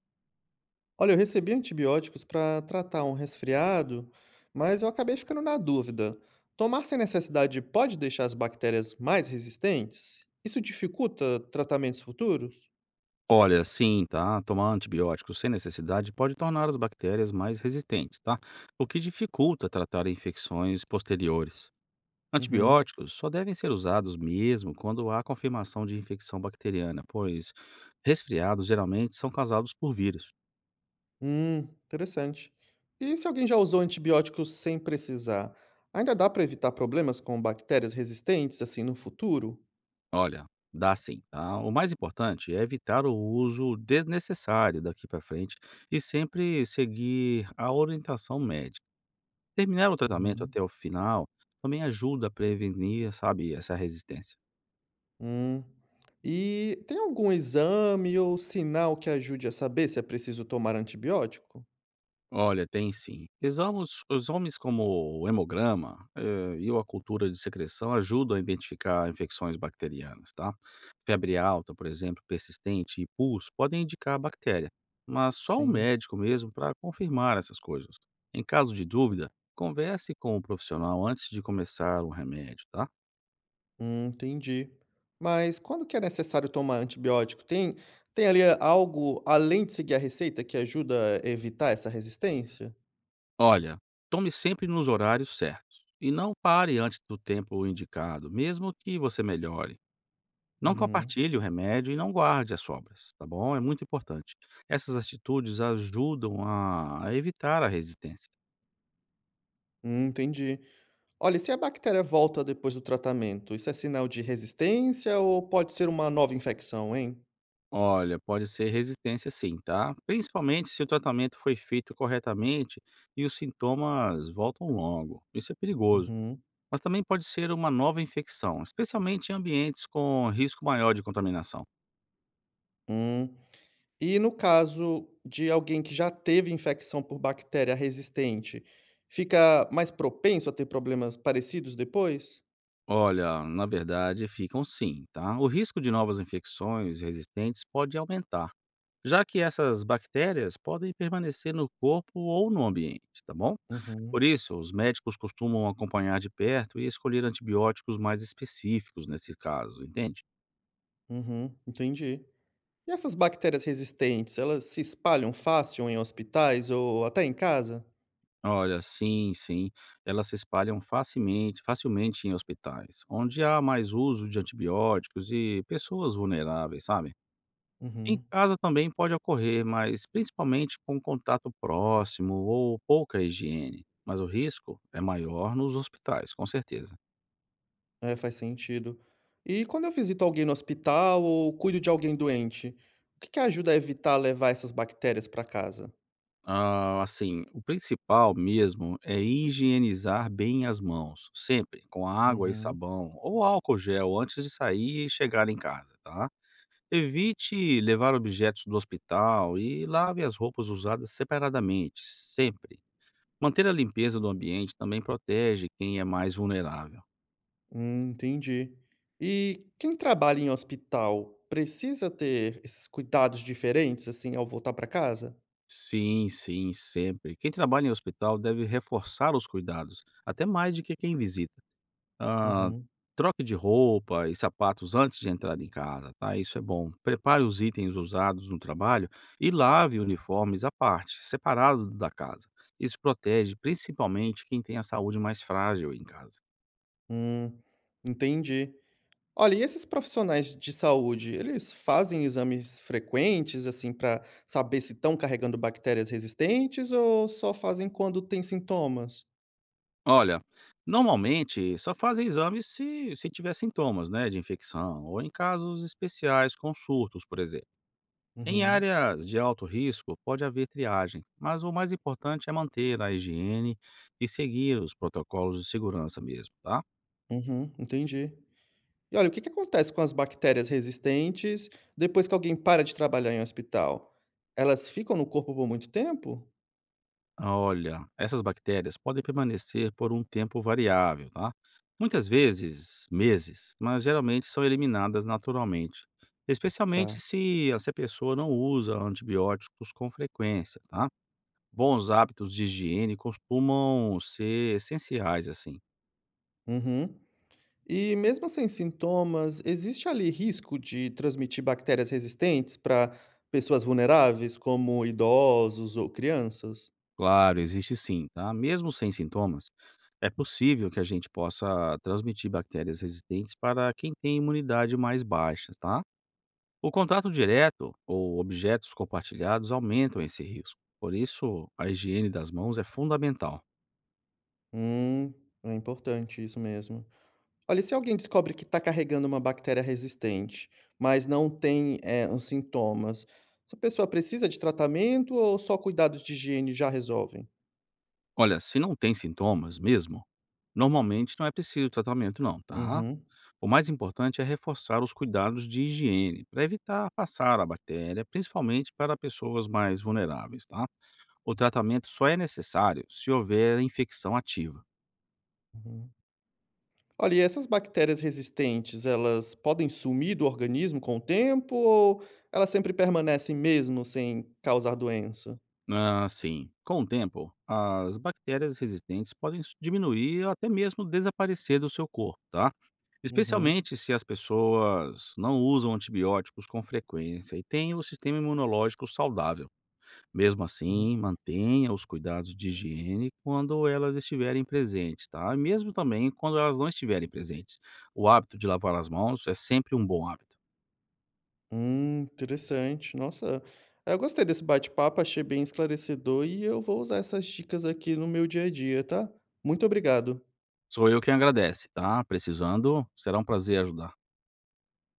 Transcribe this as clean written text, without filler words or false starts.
Olha, eu recebi antibióticos para tratar um resfriado, mas eu acabei ficando na dúvida. Tomar sem necessidade pode deixar as bactérias mais resistentes? Isso dificulta tratamentos futuros? Olha, sim, tá? Tomar antibióticos sem necessidade pode tornar as bactérias mais resistentes, tá? O que dificulta tratar infecções posteriores. Uhum. Antibióticos só devem ser usados mesmo quando há confirmação de infecção bacteriana, pois resfriados geralmente são causados por vírus. Hum, interessante. E se alguém já usou antibióticos sem precisar? Ainda dá para evitar problemas com bactérias resistentes assim no futuro? Olha, dá sim, tá? O mais importante é evitar o uso desnecessário daqui para frente e sempre seguir a orientação médica. Terminar o tratamento Uhum. até o final também ajuda a prevenir, sabe, essa resistência. Hum. E tem algum exame ou sinal que ajude a saber se é preciso tomar antibiótico? Olha, tem sim. Exames como o hemograma e a cultura de secreção ajudam a identificar infecções bacterianas, tá? Febre alta, por exemplo, persistente e pulso podem indicar a bactéria, mas só o Sim. médico mesmo para confirmar essas coisas. Em caso de dúvida, converse com o profissional antes de começar o remédio, tá? Entendi. Mas quando que é necessário tomar antibiótico? Tem ali algo além de seguir a receita que ajuda a evitar essa resistência? Olha, tome sempre nos horários certos e não pare antes do tempo indicado, mesmo que você melhore. Não Uhum. compartilhe o remédio e não guarde as sobras, tá bom? É muito importante. Essas atitudes ajudam a evitar a resistência. Entendi. Olha, e se a bactéria volta depois do tratamento, isso é sinal de resistência ou pode ser uma nova infecção, hein? Olha, pode ser resistência sim, tá? Principalmente se o tratamento foi feito corretamente e os sintomas voltam logo. Isso é perigoso. Uhum. Mas também pode ser uma nova infecção, especialmente em ambientes com risco maior de contaminação. Hum. E no caso de alguém que já teve infecção por bactéria resistente, fica mais propenso a ter problemas parecidos depois? Olha, na verdade, ficam sim, tá? O risco de novas infecções resistentes pode aumentar, já que essas bactérias podem permanecer no corpo ou no ambiente, tá bom? Uhum. Por isso, os médicos costumam acompanhar de perto e escolher antibióticos mais específicos nesse caso, entende? Uhum. Entendi. E essas bactérias resistentes, elas se espalham fácil em hospitais ou até em casa? Olha, sim, sim, elas se espalham facilmente em hospitais, onde há mais uso de antibióticos e pessoas vulneráveis, sabe? Em Uhum. casa também pode ocorrer, mas principalmente com contato próximo ou pouca higiene, mas o risco é maior nos hospitais, com certeza. É, faz sentido. E quando eu visito alguém no hospital ou cuido de alguém doente, o que que ajuda a evitar levar essas bactérias para casa? Ah, assim, o principal mesmo é higienizar bem as mãos, sempre com água e Uhum. sabão ou álcool gel antes de sair e chegar em casa, tá? Evite levar objetos do hospital e lave as roupas usadas separadamente, sempre. Manter a limpeza do ambiente também protege quem é mais vulnerável. Entendi. E quem trabalha em hospital precisa ter esses cuidados diferentes assim ao voltar para casa? Sim, sim, sempre. Quem trabalha em hospital deve reforçar os cuidados, até mais do que quem visita. Ah, Uhum. troque de roupa e sapatos antes de entrar em casa, tá? Isso é bom. Prepare os itens usados no trabalho e lave uniformes à parte, separado da casa. Isso protege principalmente quem tem a saúde mais frágil em casa. Hum, entendi. Olha, e esses profissionais de saúde, eles fazem exames frequentes, assim, para saber se estão carregando bactérias resistentes ou só fazem quando tem sintomas? Olha, normalmente só fazem exames se tiver sintomas, né, de infecção ou em casos especiais, com surtos, por exemplo. Em Uhum, áreas de alto risco, pode haver triagem, mas o mais importante é manter a higiene e seguir os protocolos de segurança mesmo, tá? uhum, entendi. E olha, o que que acontece com as bactérias resistentes depois que alguém para de trabalhar em um hospital? Elas ficam no corpo por muito tempo? Olha, essas bactérias podem permanecer por um tempo variável, tá? Muitas vezes, meses, mas geralmente são eliminadas naturalmente, especialmente Tá. se essa pessoa não usa antibióticos com frequência, tá? Bons hábitos de higiene costumam ser essenciais assim. Uhum. E mesmo sem sintomas, existe ali risco de transmitir bactérias resistentes para pessoas vulneráveis, como idosos ou crianças? Claro, existe sim, tá? Mesmo sem sintomas, é possível que a gente possa transmitir bactérias resistentes para quem tem imunidade mais baixa, tá? O contato direto ou objetos compartilhados aumentam esse risco. Por isso, a higiene das mãos é fundamental. Hum, é importante isso mesmo. Olha, e se alguém descobre que está carregando uma bactéria resistente, mas não tem, os sintomas, essa pessoa precisa de tratamento ou só cuidados de higiene já resolvem? Olha, se não tem sintomas mesmo, normalmente não é preciso tratamento não, tá? Uhum, O mais importante é reforçar os cuidados de higiene para evitar passar a bactéria, principalmente para pessoas mais vulneráveis, tá? O tratamento só é necessário se houver infecção ativa. uhum. Olha, e essas bactérias resistentes, elas podem sumir do organismo com o tempo ou elas sempre permanecem mesmo sem causar doença? Ah, sim, com o tempo, as bactérias resistentes podem diminuir ou até mesmo desaparecer do seu corpo, tá? Uhum, Especialmente se as pessoas não usam antibióticos com frequência e têm o sistema imunológico saudável. Mesmo uhum. assim, mantenha os cuidados de higiene quando elas estiverem presentes, tá? E mesmo também quando elas não estiverem presentes. O hábito de lavar as mãos é sempre um bom hábito. Interessante. Nossa, eu gostei desse bate-papo, achei bem esclarecedor e eu vou usar essas dicas aqui no meu dia a dia, tá? Muito obrigado. Sou eu quem agradece, tá? Precisando, será um prazer ajudar.